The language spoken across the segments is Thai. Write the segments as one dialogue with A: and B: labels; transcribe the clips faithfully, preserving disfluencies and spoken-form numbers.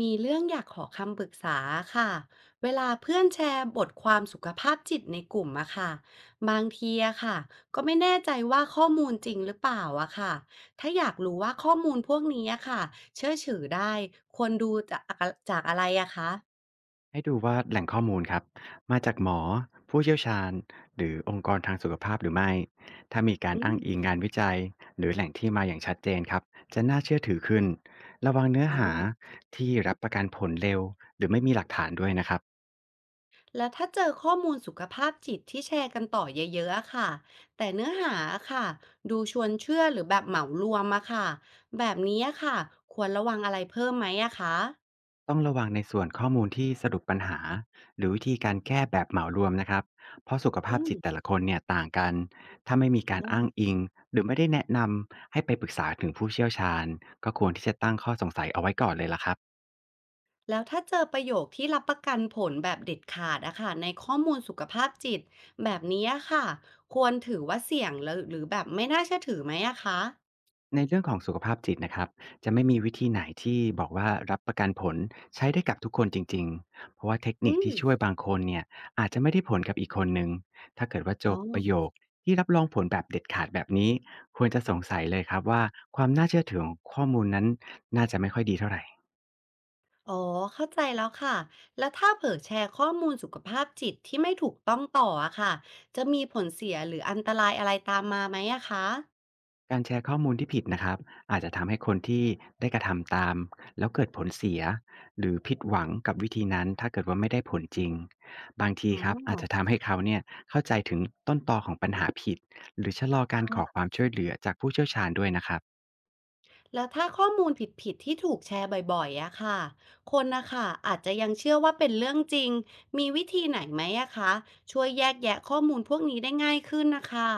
A: มีเรื่องอยากขอคำปรึกษาค่ะเวลาเพื่อนแชร์บทความสุขภาพจิตในกลุ่มอะค่ะบางทีอะค่ะก็ไม่แน่ใจว่าข้อมูลจริงหรือเปล่าอะค่ะถ้าอยากรู้ว่าข้อมูลพวกนี้อะค่ะเชื่อถือได้ควรดูจากจากอะไรอะคะ
B: ให้ดูว่าแหล่งข้อมูลครับมาจากหมอผู้เชี่ยวชาญหรือองค์กรทางสุขภาพหรือไม่ถ้ามีการ
A: อื
B: อ้าง
A: ม
B: อิงงานวิจัยหรือแหล่งที่มาอย่างชัดเจนครับจะน่าเชื่อถือขึ้นระวังเนื้อ
A: อ๋อ
B: หาที่รับประกันผลเร็วหรือไม่มีหลักฐานด้วยนะครับ
A: แล้วถ้าเจอข้อมูลสุขภาพจิตที่แชร์กันต่อเยอะๆอะค่ะแต่เนื้อหาอะค่ะดูชวนเชื่อหรือแบบเหมารวมอะค่ะแบบนี้อะค่ะควรระวังอะไรเพิ่มไหมอะคะ
B: ต้องระวังในส่วนข้อมูลที่สรุปปัญหาหรือวิธีการแก้แบบเหมารวมนะครับเพราะสุข
A: อื
B: ภาพจิต
A: ม
B: แต่ละคนเนี่ยต่างกันถ้าไม่มี
A: อ๋
B: การอ้าง
A: อ
B: อิงหรือไม่ได้แนะนำให้ไปปรึกษาถึงผู้เชี่ยวชาญก็ควรที่จะตั้งข้อสงสัยเอาไว้ก่อนเลยล่ะครับ
A: แล้วถ้าเจอประโยคที่รับประกันผลแบบเด็ดขาดอะค่ะในข้อมูลสุขภาพจิตแบบนี้อะค่ะควรถือว่าเสี่ยงหรือหรือแบบไม่น่าเชื่อถือไหมอะคะ
B: ในเรื่องของสุขภาพจิตนะครับจะไม่มีวิธีไหนที่บอกว่ารับประกันผลใช้ได้กับทุกคนจริงๆเพราะว่าเทค
A: อื
B: นิค
A: ม
B: ที่ช่วยบางคนเนี่ยอาจจะไม่ได้ผลกับอีกคนหนึ่งถ้าเกิดว่าจ
A: อ๋
B: บประโย
A: อ
B: คที่รับรองผลแบบเด็ดขาดแบบนี้ควรจะสงสัยเลยครับว่าความน่าเชื่อถือของข้อมูลนั้นน่าจะไม่ค่อยดีเท่าไหร
A: อ๋อเข้าใจแล้วค่ะ แล้วถ้าเผลอแชร์ข้อมูลสุขภาพจิตที่ไม่ถูกต้องต่ออะค่ะจะมีผลเสียหรืออันตรายอะไรตามมาไหมอะคะ
B: การแชร์ข้อมูลที่ผิดนะครับอาจจะทำให้คนที่ได้กระทำตามแล้วเกิดผลเสียหรือผิดหวังกับวิธีนั้นถ้าเกิดว่าไม่ได้ผลจริงบางที
A: อ๋
B: ครับอาจจะ
A: อ
B: ทำให้เขาเนี่ยเข้าใจถึงต้นตอของปัญหาผิดหรือชะลอการขอค
A: ค่ะ
B: วามช่วยเหลือจากผู้เชี่ยวชาญด้วยนะครับ
A: แล้วถ้าข้อมูลผิดๆที่ถูกแชร์บ่อยๆอะค่ะคนนะคะอาจจะยังเชื่อว่าเป็นเรื่องจริงมีวิธีไหนไหมอะคะช่วยแยกแยะข้อมูลพวกนี้ได้ง่ายขึ้นนะคะ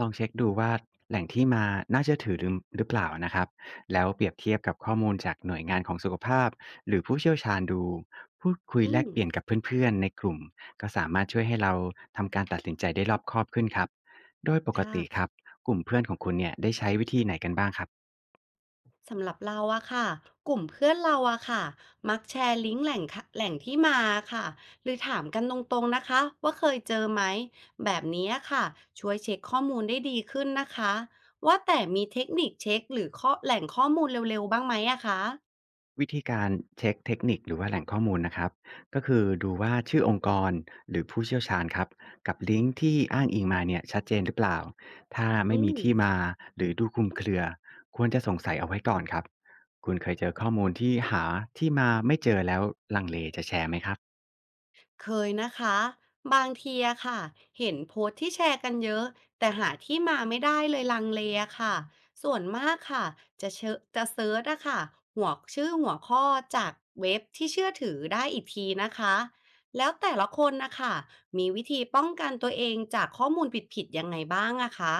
B: ลองเช็คดูว่าแหล่งที่มาน่าเชื่อถือหรือหรือเปล่านะครับแล้วเปรียบเทียบกับข้อมูลจากหน่วยงานของสุขภาพหรือผู้เชี่ยวชาญดูพูดคุย
A: อื
B: แลก
A: ม
B: เปลี่ยนกับเพื่อนๆในกลุ่มก็สามารถช่วยให้เราทำการตัดสินใจได้รอบคอบขึ้นครับโดยปกติค
A: ค่ะ
B: รับกลุ่มเพื่อนของคุณเนี่ยได้ใช้วิธีไหนกันบ้างครับ
A: สำหรับเราอะค่ะกลุ่มเพื่อนเราอะค่ะมักแชร์ลิงก์แหล่งค่ะแหล่งที่มาค่ะหรือถามกันตรงๆนะคะว่าเคยเจอไหมแบบนี้อะค่ะช่วยเช็คข้อมูลได้ดีขึ้นนะคะว่าแต่มีเทคนิคเช็คหรือข้อแหล่งข้อมูลเร็วๆบ้างไหมอะคะ
B: วิธีการเช็กเทคนิคหรือว่าแหล่งข้อมูลนะครับก็คือดูว่าชื่อองค์กรหรือผู้เชี่ยวชาญครับกับลิงก์ที่อ้างอิงมาเนี่ยชัดเจนหรือเปล่าถ้าไม่
A: อื
B: มี
A: ม
B: ที่มาหรือดูคลุมเครือควรจะสงสัยเอาไว้ก่อนครับคุณเคยเจอข้อมูลที่หาที่มาไม่เจอแล้วลังเลจะแชร์ไหมครับ
A: เคยนะคะบางทีอะค่ะเห็นโพสต์ที่แชร์กันเยอะแต่หาที่มาไม่ได้เลยลังเลอะค่ะส่วนมากค่ะจะเชอจะเซิร์ชอะค่ะหัวชื่อหัวข้อจากเว็บที่เชื่อถือได้อีกทีนะคะแล้วแต่ละคนนะคะมีวิธีป้องกันตัวเองจากข้อมูลผิดๆยังไงบ้างอะคะ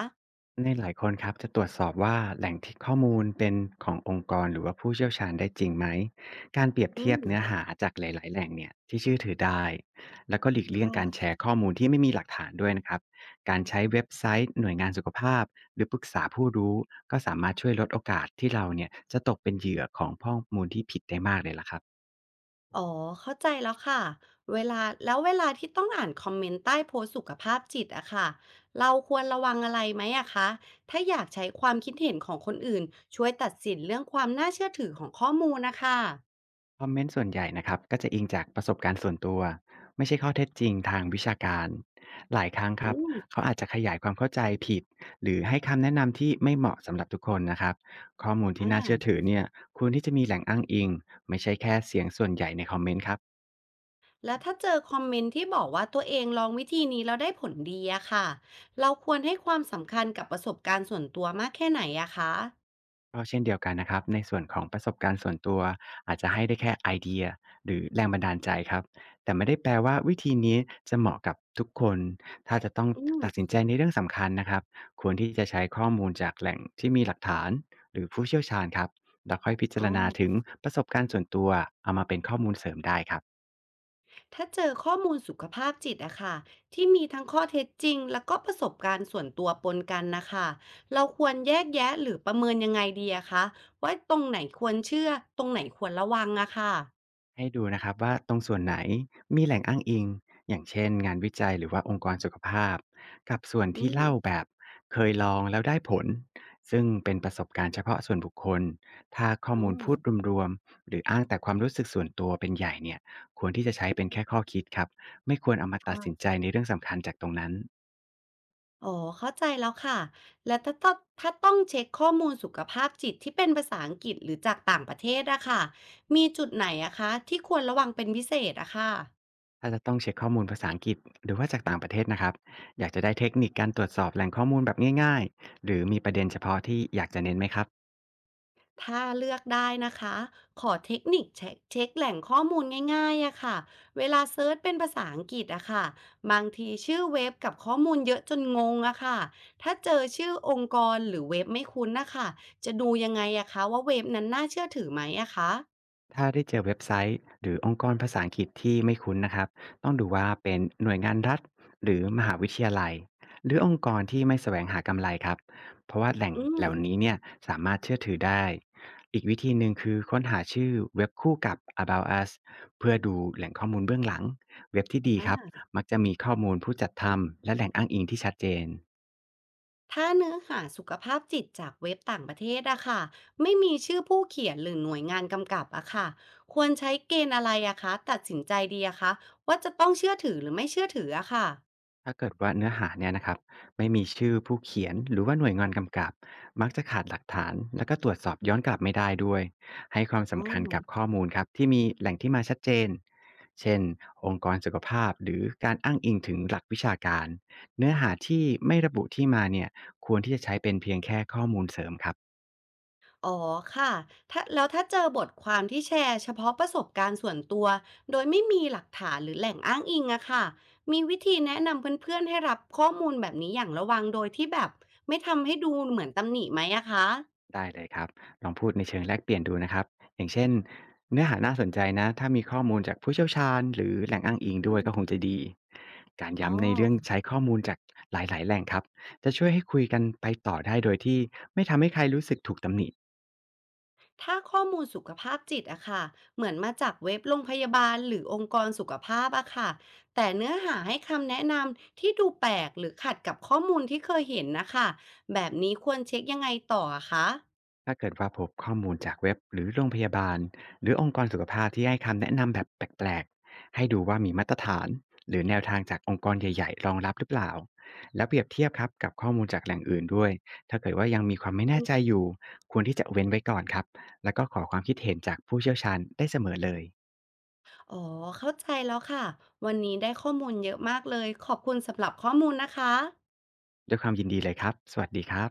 B: ในหลายคนครับจะตรวจสอบว่าแหล่งที่ข้อมูลเป็นขององค์กรหรือว่าผู้เชี่ยวชาญได้จริงไหมการเปรียบ
A: อื
B: เทียบ
A: ม
B: เนื้อหาจากหลายๆแหล่งเนี่ยที่เชื่อถือได้แล้วก็หลีกเลี่ยงการแช
A: ค่ะ
B: ร์ข้อมูลที่ไม่มีหลักฐานด้วยนะครับการใช้เว็บไซต์หน่วยงานสุขภาพหรือปรึกษาผู้รู้ก็สามารถช่วยลดโอกาสที่เราเนี่ยจะตกเป็นเหยื่อของข้อมูลที่ผิดได้มากเลยล่ะครับ
A: อ๋อ เข้าใจแล้วค่ะเวลาแล้วเวลาที่ต้องอ่านคอมเมนต์ใต้โพสต์สุขภาพจิตอะค่ะเราควรระวังอะไรไหมอะคะถ้าอยากใช้ความคิดเห็นของคนอื่นช่วยตัดสินเรื่องความน่าเชื่อถือของข้อมูลนะคะ
B: คอมเมนต์ส่วนใหญ่นะครับก็จะอิงจากประสบการณ์ส่วนตัวไม่ใช่ข้อเท็จจริงทางวิชาการหลายครั้งค
A: อื
B: รับ
A: ม
B: เขาอาจจะขยายความเข้าใจผิดหรือให้คำแนะนำที่ไม่เหมาะสำหรับทุกคนนะครับข้อมูล
A: อ่
B: ที่น่าเชื่อ
A: า
B: ถือเนี่ยควรที่จะมีแหล่งอ้างอิงไม่ใช่แค่เสียงส่วนใหญ่ในคอมเมนต์ครับ
A: แล้วถ้าเจอคอมเมนต์ที่บอกว่าตัวเองลองวิธีนี้แล้วได้ผลดีอะค่ะเราควรให้ความสำคัญกับประสบการณ์ส่วนตัวมากแค่ไหนอะคะ
B: ก็เช่นเดียวกันนะครับในส่วนของประสบการณ์ส่วนตัวอาจจะให้ได้แค่ไอเดียหรือแรงบันดาลใจครับแต่ไม่ได้แปลว่าวิธีนี้จะเหมาะกับทุกคนถ้าจะต้อง
A: อืม
B: ตัดสินใจในเรื่องสำคัญนะครับควรที่จะใช้ข้อมูลจากแหล่งที่มีหลักฐานหรือผู้เชี่ยวชาญครับแล้วค่อยพิ
A: อ๋
B: จา
A: อ
B: รณาถึงประสบการณ์ส่วนตัวเอามาเป็นข้อมูลเสริมได้ครับ
A: ถ้าเจอข้อมูลสุขภาพจิตอะค่ะที่มีทั้งข้อเท็จจริงแล้วก็ประสบการณ์ส่วนตัวปนกันนะคะเราควรแยกแยะหรือประเมินยังไงดีอะคะว่าตรงไหนควรเชื่อตรงไหนควรระวังอะค่ะ
B: ให้ดูนะครับว่าตรงส่วนไหนมีแหล่งอ้างอิงอย่างเช่นงานวิจัยหรือว่าองค์กรสุขภาพกับส่วน
A: อื
B: ที่
A: ม
B: เล่าแบบเคยลองแล้วได้ผลซึ่งเป็นประสบการณ์เฉพาะส่วนบุคคลถ้าข้อ
A: อ๋
B: มูลพูด
A: อ
B: รวมๆหรืออ้างแต่ความรู้สึกส่วนตัวเป็นใหญ่เนี่ยควรที่จะใช้เป็นแค่ข้อคิดครับไม่ควรเอามาตัดสิน
A: ค่ะ
B: ใจในเรื่องสำคัญจากตรงนั้น
A: อ๋อเข้าใจแล้วค่ะแล้วถ้าต้องถ้าต้องเช็คข้อมูลสุขภาพจิตที่เป็นภาษาอังกฤษหรือจากต่างประเทศอะค่ะมีจุดไหนอะคะที่ควรระวังเป็นพิเศษอะค่ะ
B: ถ้าจะต้องเช็คข้อมูลภาษาอังกฤษหรือว่าจากต่างประเทศนะครับอยากจะได้เทคนิคการตรวจสอบแหล่งข้อมูลแบบง่ายๆหรือมีประเด็นเฉพาะที่อยากจะเน้นไหมครับ
A: ถ้าเลือกได้นะคะขอเทคนิคเช็คเช็คแหล่งข้อมูลง่ายๆอะค่ะเวลาเซิร์ชเป็นภาษาอังกฤษอะค่ะบางทีชื่อเว็บกับข้อมูลเยอะจนงงอะค่ะถ้าเจอชื่อองค์กรหรือเว็บไม่คุ้นนะคะจะดูยังไงอะคะว่าเว็บนั้นน่าเชื่อถือไหมอะคะ
B: ถ้าได้เจอเว็บไซต์หรือองค์กรภาษาอังกฤษที่ไม่คุ้นนะครับต้องดูว่าเป็นหน่วยงานรัฐหรือมหาวิทยาลัยหรือองค์กรที่ไม่แสวงหากำไรครับเพราะว่าแหล่ง
A: อื
B: เห
A: ม
B: ล่านี้เนี่ยสามารถเชื่อถือได้อีกวิธีหนึ่งคือค้นหาชื่อเว็บคู่กับ about us เพื่อดูแหล่งข้อมูลเบื้องหลังเว็บที่ดี
A: อ่
B: ครับ
A: า
B: มักจะมีข้อมูลผู้จัดทำและแหล่งอ้างอิงที่ชัดเจน
A: ถ้าเนื้อหาสุขภาพจิตจากเว็บต่างประเทศอะค่ะไม่มีชื่อผู้เขียนหรือหน่วยงานกำกับอะค่ะควรใช้เกณฑ์อะไรอะคะตัดสินใจดีอะคะว่าจะต้องเชื่อถือหรือไม่เชื่อถืออะค่ะ
B: ถ้าเกิดว่าเนื้อหาเนี่ยนะครับไม่มีชื่อผู้เขียนหรือว่าหน่วยงานกำกับมักจะขาดหลักฐานแล้วก็ตรวจสอบย้อนกลับไม่ได้ด้วยให้ความ
A: อ๋อ
B: สำคัญกับข้อมูลครับที่มีแหล่งที่มาชัดเจนเช่นองค์กรสุขภาพหรือการอ้างอิงถึงหลักวิชาการเนื้อหาที่ไม่ระบุที่มาเนี่ยควรที่จะใช้เป็นเพียงแค่ข้อมูลเสริมครับ
A: อ๋อค่ะถ้าแล้วถ้าเจอบทความที่แชร์เฉพาะประสบการณ์ส่วนตัวโดยไม่มีหลักฐานหรือแหล่งอ้างอิงอะค่ะมีวิธีแนะนำเพื่อนๆให้รับข้อมูลแบบนี้อย่างระวังโดยที่แบบไม่ทำให้ดูเหมือนตำหนิไหมอะคะ
B: ได้เลยครับลองพูดในเชิงแลกเปลี่ยนดูนะครับอย่างเช่นเนื้อหาน่าสนใจนะถ้ามีข้อมูลจากผู้เชี่ยวชาญหรือแหล่งอ้างอิง
A: อ
B: ด้วยก็ค
A: ม
B: งจะดีการ
A: อ๋อ
B: ย้ำในเรื่องใช้ข้อมูลจากหลายๆแหล่งครับจะช่วยให้คุยกันไปต่อได้โดยที่ไม่ทำให้ใครรู้สึกถูกตำหนิ
A: ถ้าข้อมูลสุขภาพจิตอะค่ะเหมือนมาจากเว็บโรงพยาบาลหรือองค์กรสุขภาพอะค่ะแต่เนื้อหาให้คำแนะนำที่ดูแปลกหรือขัดกับข้อมูลที่เคยเห็นนะคะ แบบนี้ควรเช็คยังไงต่ออะคะ
B: ถ้าเกิดว่าพบข้อมูลจากเว็บหรือโรงพยาบาลหรือองค์กรสุขภาพที่ให้คำแนะนำแบบแปลกๆให้ดูว่ามีมาตรฐานหรือแนวทางจากองค์กรใหญ่ๆรองรับหรือเปล่าแล้วเปรียบเทียบครับกับข้อมูลจากแหล่งอื่นด้วยถ้าเกิดว่ายังมีความไม่แน่ใจอยู่ควรที่จะเว้นไว้ก่อนครับแล้วก็ขอความคิดเห็นจากผู้เชี่ยวชาญได้เสมอเลย
A: อ๋อเข้าใจแล้วค่ะ วันนี้ได้ข้อมูลเยอะมากเลย ขอบคุณสำหรับข้อมูลนะคะ
B: ด้วยความยินดีเลยครับสวัสดีครับ